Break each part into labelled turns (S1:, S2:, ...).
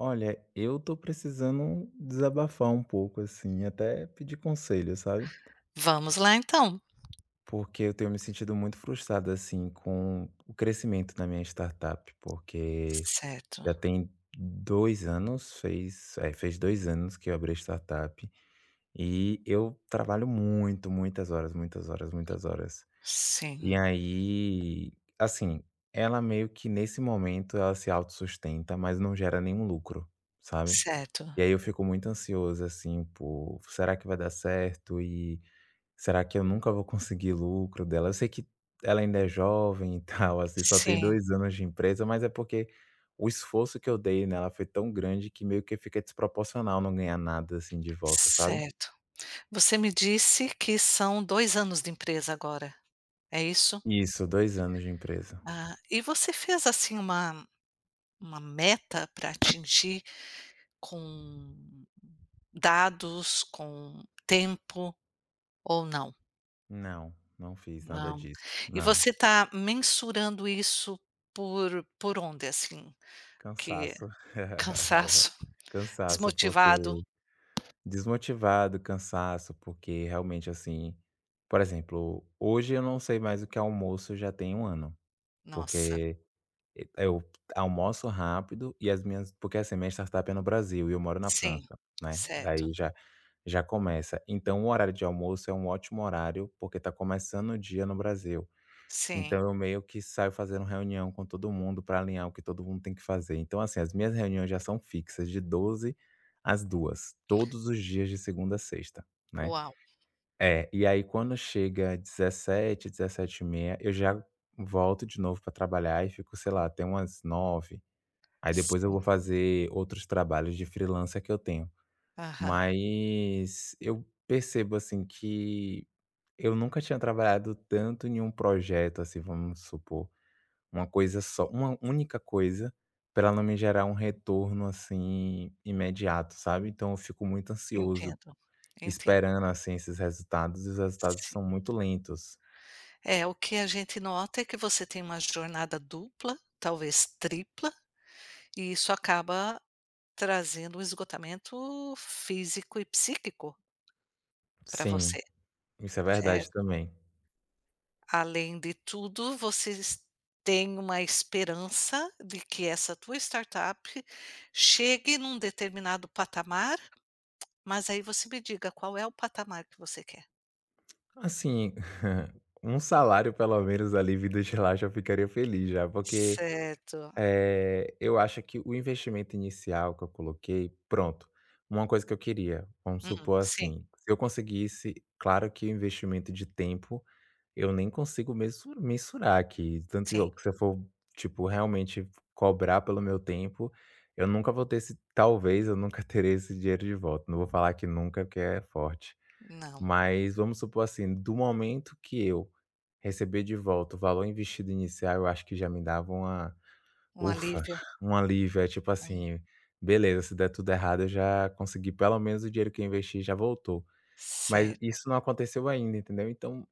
S1: Olha, eu tô precisando desabafar um pouco, assim, até pedir conselho, sabe?
S2: Vamos lá então.
S1: Porque eu tenho me sentido muito frustrado, assim, com o crescimento da minha startup, porque
S2: Certo,
S1: já tem 2 anos, fez 2 anos que eu abri a startup e eu trabalho muito, muitas horas, muitas horas, muitas horas. E
S2: sim,
S1: aí, assim, ela meio que nesse momento ela se autossustenta, mas não gera nenhum lucro, sabe?
S2: certo,
S1: E aí eu fico muito ansioso, assim, por será que vai dar certo? E será que eu nunca vou conseguir lucro dela? Eu sei que ela ainda é jovem e tal, assim, só tem
S2: sim,
S1: 2 anos de empresa, mas é porque o esforço que eu dei nela foi tão grande que meio que fica desproporcional não ganhar nada, assim, de volta, sabe?
S2: certo. Você me disse que são 2 anos de empresa agora, é isso?
S1: Isso, 2 anos de empresa.
S2: Ah, e você fez assim uma meta para atingir com dados, com tempo ou não?
S1: Não, não fiz nada
S2: Não.
S1: disso,
S2: E
S1: não.
S2: você está mensurando isso por onde assim? Que
S1: Cansaço.
S2: cansaço,
S1: Cansaço, porque.
S2: desmotivado?
S1: Desmotivado, cansaço, porque realmente, assim, por exemplo, hoje eu não sei mais o que é almoço já tem um ano,
S2: Nossa.
S1: porque e eu almoço rápido e as minhas porque, assim, minha startup é no Brasil e eu moro na
S2: Sim,
S1: França, né,
S2: certo.
S1: daí já já começa. Então o horário de almoço é um ótimo horário, porque tá começando o dia no Brasil.
S2: Sim.
S1: Então eu meio que saio fazendo reunião com todo mundo para alinhar o que todo mundo tem que fazer. Então, assim, as minhas reuniões já são fixas de 12 às duas, todos os dias de segunda a sexta, né.
S2: Uau!
S1: É, e aí quando chega dezessete, dezessete e meia, eu já volto de novo para trabalhar e fico, sei lá, até umas nove. Aí depois eu vou
S2: Sim.
S1: fazer outros trabalhos de freelancer que eu tenho.
S2: Aham.
S1: Mas eu percebo, assim, que eu nunca tinha trabalhado tanto em um projeto, assim, vamos supor, uma coisa só, uma única coisa, para ela não me gerar um retorno, assim, imediato, sabe. Então eu fico muito ansioso
S2: Entendo, entendo.
S1: esperando, assim, esses resultados, e os resultados são
S2: Sim.
S1: muito lentos.
S2: É, o que a gente nota é que você tem uma jornada dupla, talvez tripla, e isso acaba trazendo um esgotamento físico e psíquico para você,
S1: Sim, isso é verdade
S2: certo?
S1: também.
S2: Além de tudo, vocês têm uma esperança de que essa tua startup chegue num determinado patamar, mas aí você me diga qual é o patamar que você quer.
S1: Assim, um salário pelo menos ali vindo de lá já ficaria feliz já, porque,
S2: Certo.
S1: eu acho que o investimento inicial que eu coloquei pronto, uma coisa que eu queria, vamos supor
S2: Sim,
S1: assim, se eu conseguisse claro que o investimento de tempo. Eu nem consigo mesu mensurar aqui, tanto
S2: sim.
S1: eu que se eu for, tipo, realmente cobrar pelo meu tempo, eu nunca vou ter esse talvez eu nunca terei esse dinheiro de volta, não vou falar que nunca, porque é forte.
S2: Não,
S1: Mas vamos supor assim, do momento que eu receber de volta o valor investido inicial, eu acho que já me dava uma
S2: um
S1: ufa,
S2: alívio,
S1: um alívio, é tipo
S2: hum,
S1: assim: "Beleza, se der tudo errado eu já consegui pelo menos o dinheiro que eu investi já voltou". Mas
S2: certo,
S1: isso não aconteceu ainda, entendeu? Então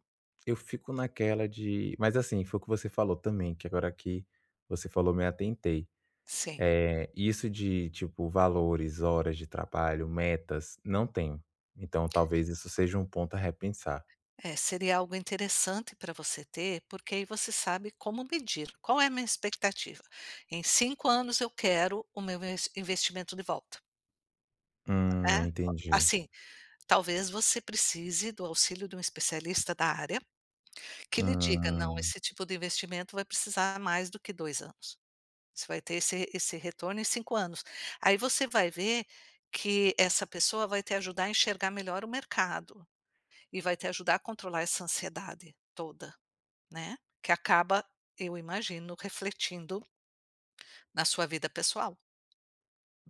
S1: eu fico naquela de mas assim, foi o que você falou também, que agora que você falou, me atentei.
S2: sim.
S1: Isso de, tipo, valores, horas de trabalho, metas, não tenho. Então talvez isso seja um ponto a repensar.
S2: É, seria algo interessante para você ter, porque aí você sabe como medir. Qual é a minha expectativa? Em 5 anos eu quero o meu investimento de volta, né.
S1: Entendi.
S2: Assim, talvez você precise do auxílio de um especialista da área, que lhe diga: "Não,
S1: Hum.
S2: esse tipo de investimento vai precisar mais do que 2 anos". Você vai ter esse retorno em 5 anos. Aí você vai ver que essa pessoa vai te ajudar a enxergar melhor o mercado e vai te ajudar a controlar essa ansiedade toda, né, que acaba, eu imagino, refletindo na sua vida pessoal.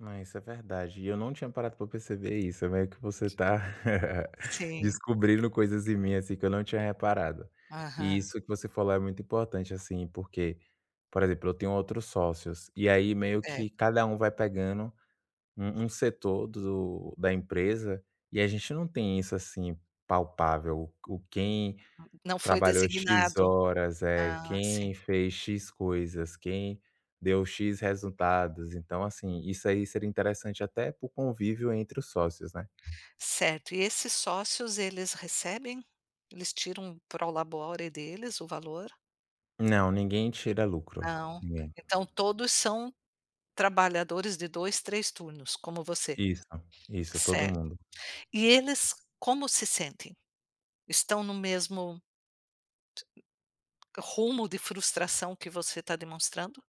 S1: Ah, isso é verdade. E eu não tinha parado para perceber isso. É meio que você tá
S2: Sim,
S1: descobrindo coisas em mim, assim, que eu não tinha reparado. E
S2: aham.
S1: isso que você falou é muito importante, assim, porque, por exemplo, eu tenho outros sócios, e aí meio
S2: É,
S1: que cada um vai pegando um setor da empresa, e a gente não tem isso, assim, palpável. O quem
S2: não foi
S1: trabalhou "X"
S2: designado.
S1: horas, é
S2: Ah, sim.
S1: quem fez "X" coisas, quem deu "X" resultados, então, assim, isso aí seria interessante até para o convívio entre os sócios, né.
S2: Certo. E esses sócios, eles recebem? Eles tiram pro labore deles o valor?
S1: Não, ninguém tira lucro,
S2: Não.
S1: ninguém.
S2: Então todos são trabalhadores de 2, 3 turnos, como você.
S1: Isso, isso, todo
S2: Certo.
S1: mundo.
S2: E eles como se sentem? Estão no mesmo rumo de frustração que você está demonstrando?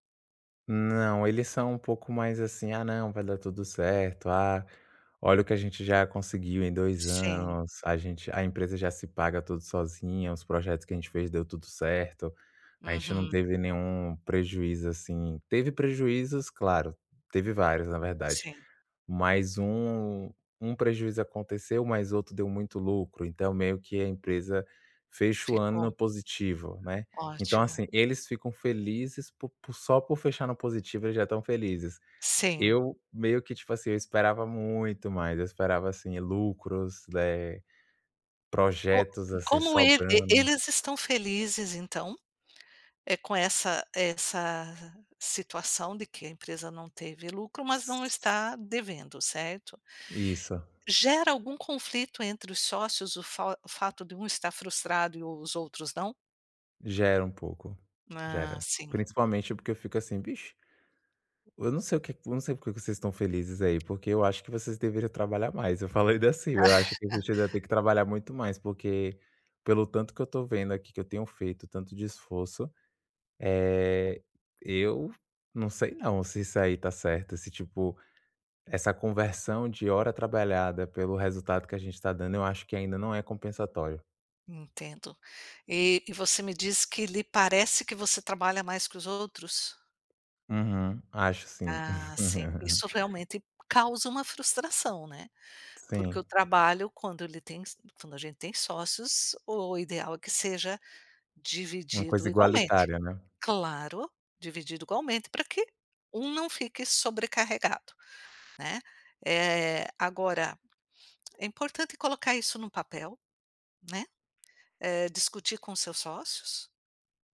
S1: Não, eles são um pouco mais assim: "Ah, não, vai dar tudo certo. Ah, olha o que a gente já conseguiu em dois
S2: Sim.
S1: anos. A empresa já se paga tudo sozinha. Os projetos que a gente fez deu tudo certo. A gente não
S2: Uhum.
S1: teve nenhum prejuízo, assim". Teve prejuízos, claro, teve vários, na verdade,
S2: Sim.
S1: mas um prejuízo aconteceu, mas outro deu muito lucro. Então meio que a empresa fecha o ano
S2: Ficou.
S1: no positivo, né. Então,
S2: Ótimo.
S1: assim, eles ficam felizes po po só por fechar no positivo, eles já estão felizes.
S2: Sim.
S1: Eu meio que, tipo assim, eu esperava muito mais, eu esperava, assim, lucros,
S2: Co
S1: projetos,
S2: e
S1: assim,
S2: como
S1: sobrando.
S2: eles estão felizes, então, é com essa situação de que a empresa não teve lucro, mas não está devendo, certo?
S1: Isso,
S2: Gera algum conflito entre os sócios o fato de um estar frustrado e os outros não?
S1: gera um pouco,
S2: Ah,
S1: gera.
S2: sim,
S1: Principalmente porque eu fico assim: "Bicho, eu não sei porque que vocês estão felizes aí, porque eu acho que vocês deveriam trabalhar mais". Eu falei ainda assim, eu acho que a gente ainda tem que trabalhar muito mais, porque pelo tanto que eu tô vendo aqui que eu tenho feito, tanto de esforço. É, eu não sei não se isso aí tá certo, se tipo, essa conversão de hora trabalhada pelo resultado que a gente tá dando, eu acho que ainda não é compensatório.
S2: entendo. E você me diz que lhe parece que você trabalha mais que os outros?
S1: Uhum, acho sim.
S2: Ah, sim, isso realmente causa uma frustração, né, porque
S1: Sim,
S2: o trabalho quando a gente tem sócios, o ideal é que seja
S1: uma coisa
S2: dividido igualmente.
S1: igualitária, né.
S2: Claro, dividido igualmente para que um não fique sobrecarregado, né. Eh, agora é importante colocar isso num papel, né, eh, discutir com seus sócios,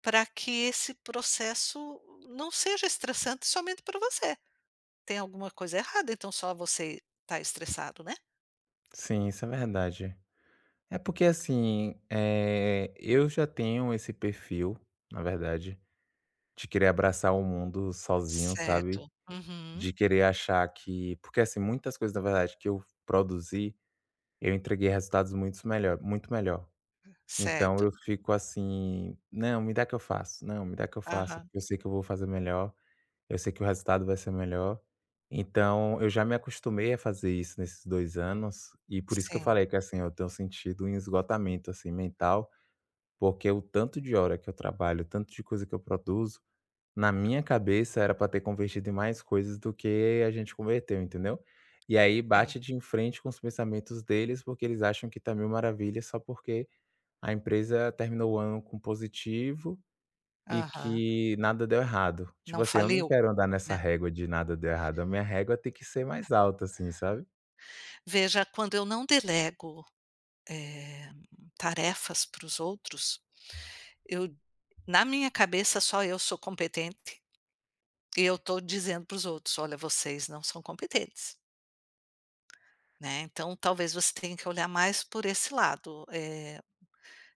S2: para que esse processo não seja estressante somente para você. Tem alguma coisa errada, então só você está estressado, né?
S1: Sim, isso é verdade. É porque assim, eu já tenho esse perfil, na verdade, de querer abraçar o mundo sozinho, sabe,
S2: Certo. Uhum.
S1: de querer achar que porque assim, muitas coisas na verdade que eu produzi. Eu entreguei resultados muito melhor, muito melhor. Então
S2: Certo.
S1: eu fico assim: "Não, me dá que eu faço, não, me dá que eu faça,
S2: Aham.
S1: porque eu sei que eu vou fazer melhor, eu sei que o resultado vai ser melhor". Então eu já me acostumei a fazer isso nesses 2 anos, e por isso que eu
S2: Sim,
S1: falei que, assim, eu tenho sentido um esgotamento, assim, mental, porque o tanto de hora que eu trabalho, o tanto de coisa que eu produzo, na minha cabeça era pra ter convertido em mais coisas do que a gente converteu, entendeu. E aí
S2: sim.
S1: bate de frente com os pensamentos deles, porque eles acham que tá mil maravilhas só porque a empresa terminou o ano com positivo e
S2: Aham.
S1: que nada deu errado.
S2: Não
S1: Tipo assim, eu não
S2: faliu,
S1: quero andar nessa
S2: né.
S1: régua de nada deu errado, a minha régua tem que ser mais alta assim, sabe.
S2: Veja, quando eu não delego, eh, tarefas para os outros, eu na minha cabeça só eu sou competente. E eu estou dizendo para os outros: "Olha, vocês não são competentes", né, então talvez você tenha que olhar mais por esse lado. Eh,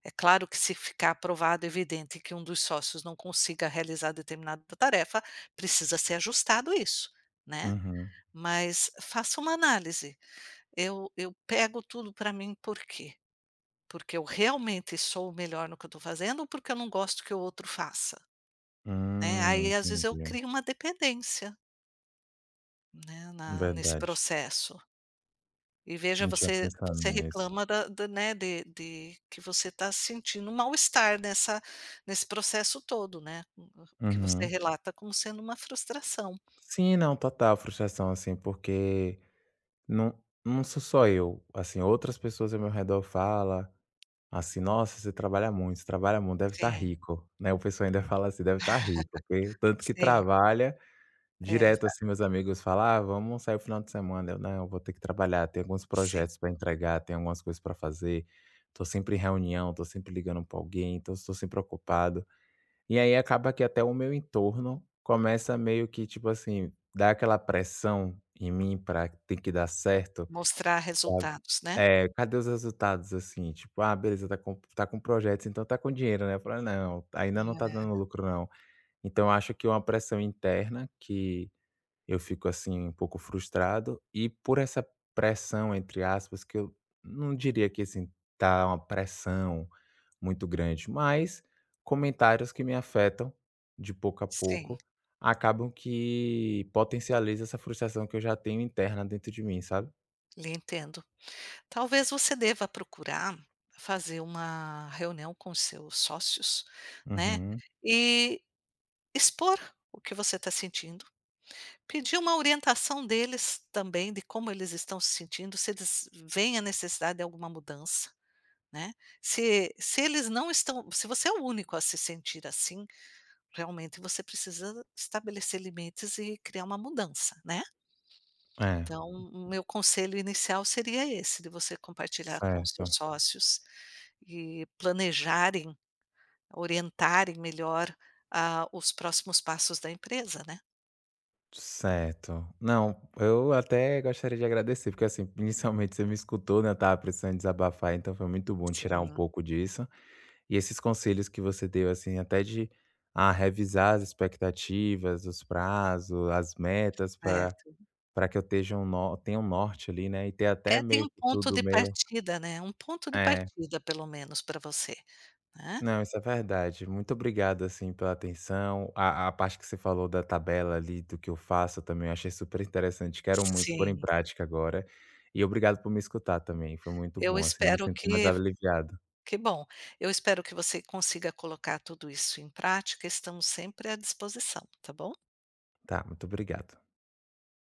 S2: é claro que se ficar provado, evidente que um dos sócios não consiga realizar determinada tarefa, precisa ser ajustado isso, né,
S1: Uhum.
S2: mas faça uma análise. Eu pego tudo para mim por quê? Porque eu realmente sou o melhor no que eu estou fazendo ou porque eu não gosto que o outro faça, né. Aí às vezes eu
S1: Entendi.
S2: crio uma dependência, né, na nesse
S1: Verdade,
S2: processo. E veja,
S1: não tinha
S2: você
S1: pensado
S2: você
S1: nisso.
S2: reclama da né, de que você está sentindo um mal-estar nessa nesse processo todo, né, que você
S1: Uhum.
S2: relata como sendo uma frustração.
S1: Sim, não, total frustração, assim, porque não, não sou só eu, assim, outras pessoas ao meu redor falam assim: "Nossa, você trabalha muito, deve estar
S2: Sim,
S1: rico", né, o pessoal ainda fala assim: "Deve estar rico", porque o tanto que
S2: sim,
S1: trabalha,
S2: é,
S1: direto, assim, meus amigos falam: "Ah, vamos sair o final de semana", eu: "Não, vou ter que trabalhar, tem alguns
S2: sim.
S1: projetos para entregar, tem algumas coisas para fazer, tô sempre em reunião, tô sempre ligando para alguém, então estou sempre ocupado". E aí acaba que até o meu entorno começa meio que, tipo assim, dar aquela pressão em mim para tem que dar certo.
S2: Mostrar
S1: Sabe?
S2: resultados, né.
S1: É, cadê os resultados, assim? Tipo, ah, beleza, tá com projetos, então tá com dinheiro, né? Eu falo: "Não, ainda não tá dando
S2: É,
S1: lucro não". Então eu acho que é uma pressão interna que eu fico, assim, um pouco frustrado e por essa pressão, entre aspas, que eu não diria que, assim, tá uma pressão muito grande, mas comentários que me afetam de pouco a
S2: sim,
S1: pouco acabam que potencializa essa frustração que eu já tenho interna dentro de mim, sabe?
S2: lhe entendo. Talvez você deva procurar fazer uma reunião com os seus sócios, né,
S1: Uhum.
S2: e expor o que você está sentindo. Pedir uma orientação deles também de como eles estão se sentindo, se eles veem a necessidade de alguma mudança, né. Se eles não estão se você é o único a se sentir assim, realmente você precisa estabelecer limites e criar uma mudança, né.
S1: É.
S2: Então, o meu conselho inicial seria esse, de você compartilhar com os
S1: Certo,
S2: seus sócios e planejarem, orientarem melhor, os próximos passos da empresa, né.
S1: certo. Não, eu até gostaria de agradecer, porque assim, inicialmente você me escutou, né? Eu tava precisando desabafar, então foi muito bom tirar um
S2: Sim,
S1: pouco disso. E esses conselhos que você deu, assim, até de revisar as expectativas, os prazos, as metas, para
S2: certo.
S1: para que eu esteja tenha um norte ali, né? E ter até
S2: É, tem
S1: meio
S2: um
S1: que
S2: ponto
S1: tudo
S2: de
S1: meio.
S2: partida, né, um ponto de partida pelo menos para você, né.
S1: Não, isso é verdade. Muito obrigado, assim, pela atenção. A parte que você falou da tabela ali, do que eu faço eu também, achei super interessante. Quero muito pôr em
S2: Sim,
S1: prática agora. E obrigado por me escutar também. Foi muito
S2: eu
S1: bom, assim, me
S2: espero
S1: sinto mais aliviado.
S2: que bom, eu espero que você consiga colocar tudo isso em prática, estamos sempre à disposição, tá bom?
S1: Tá, muito obrigado.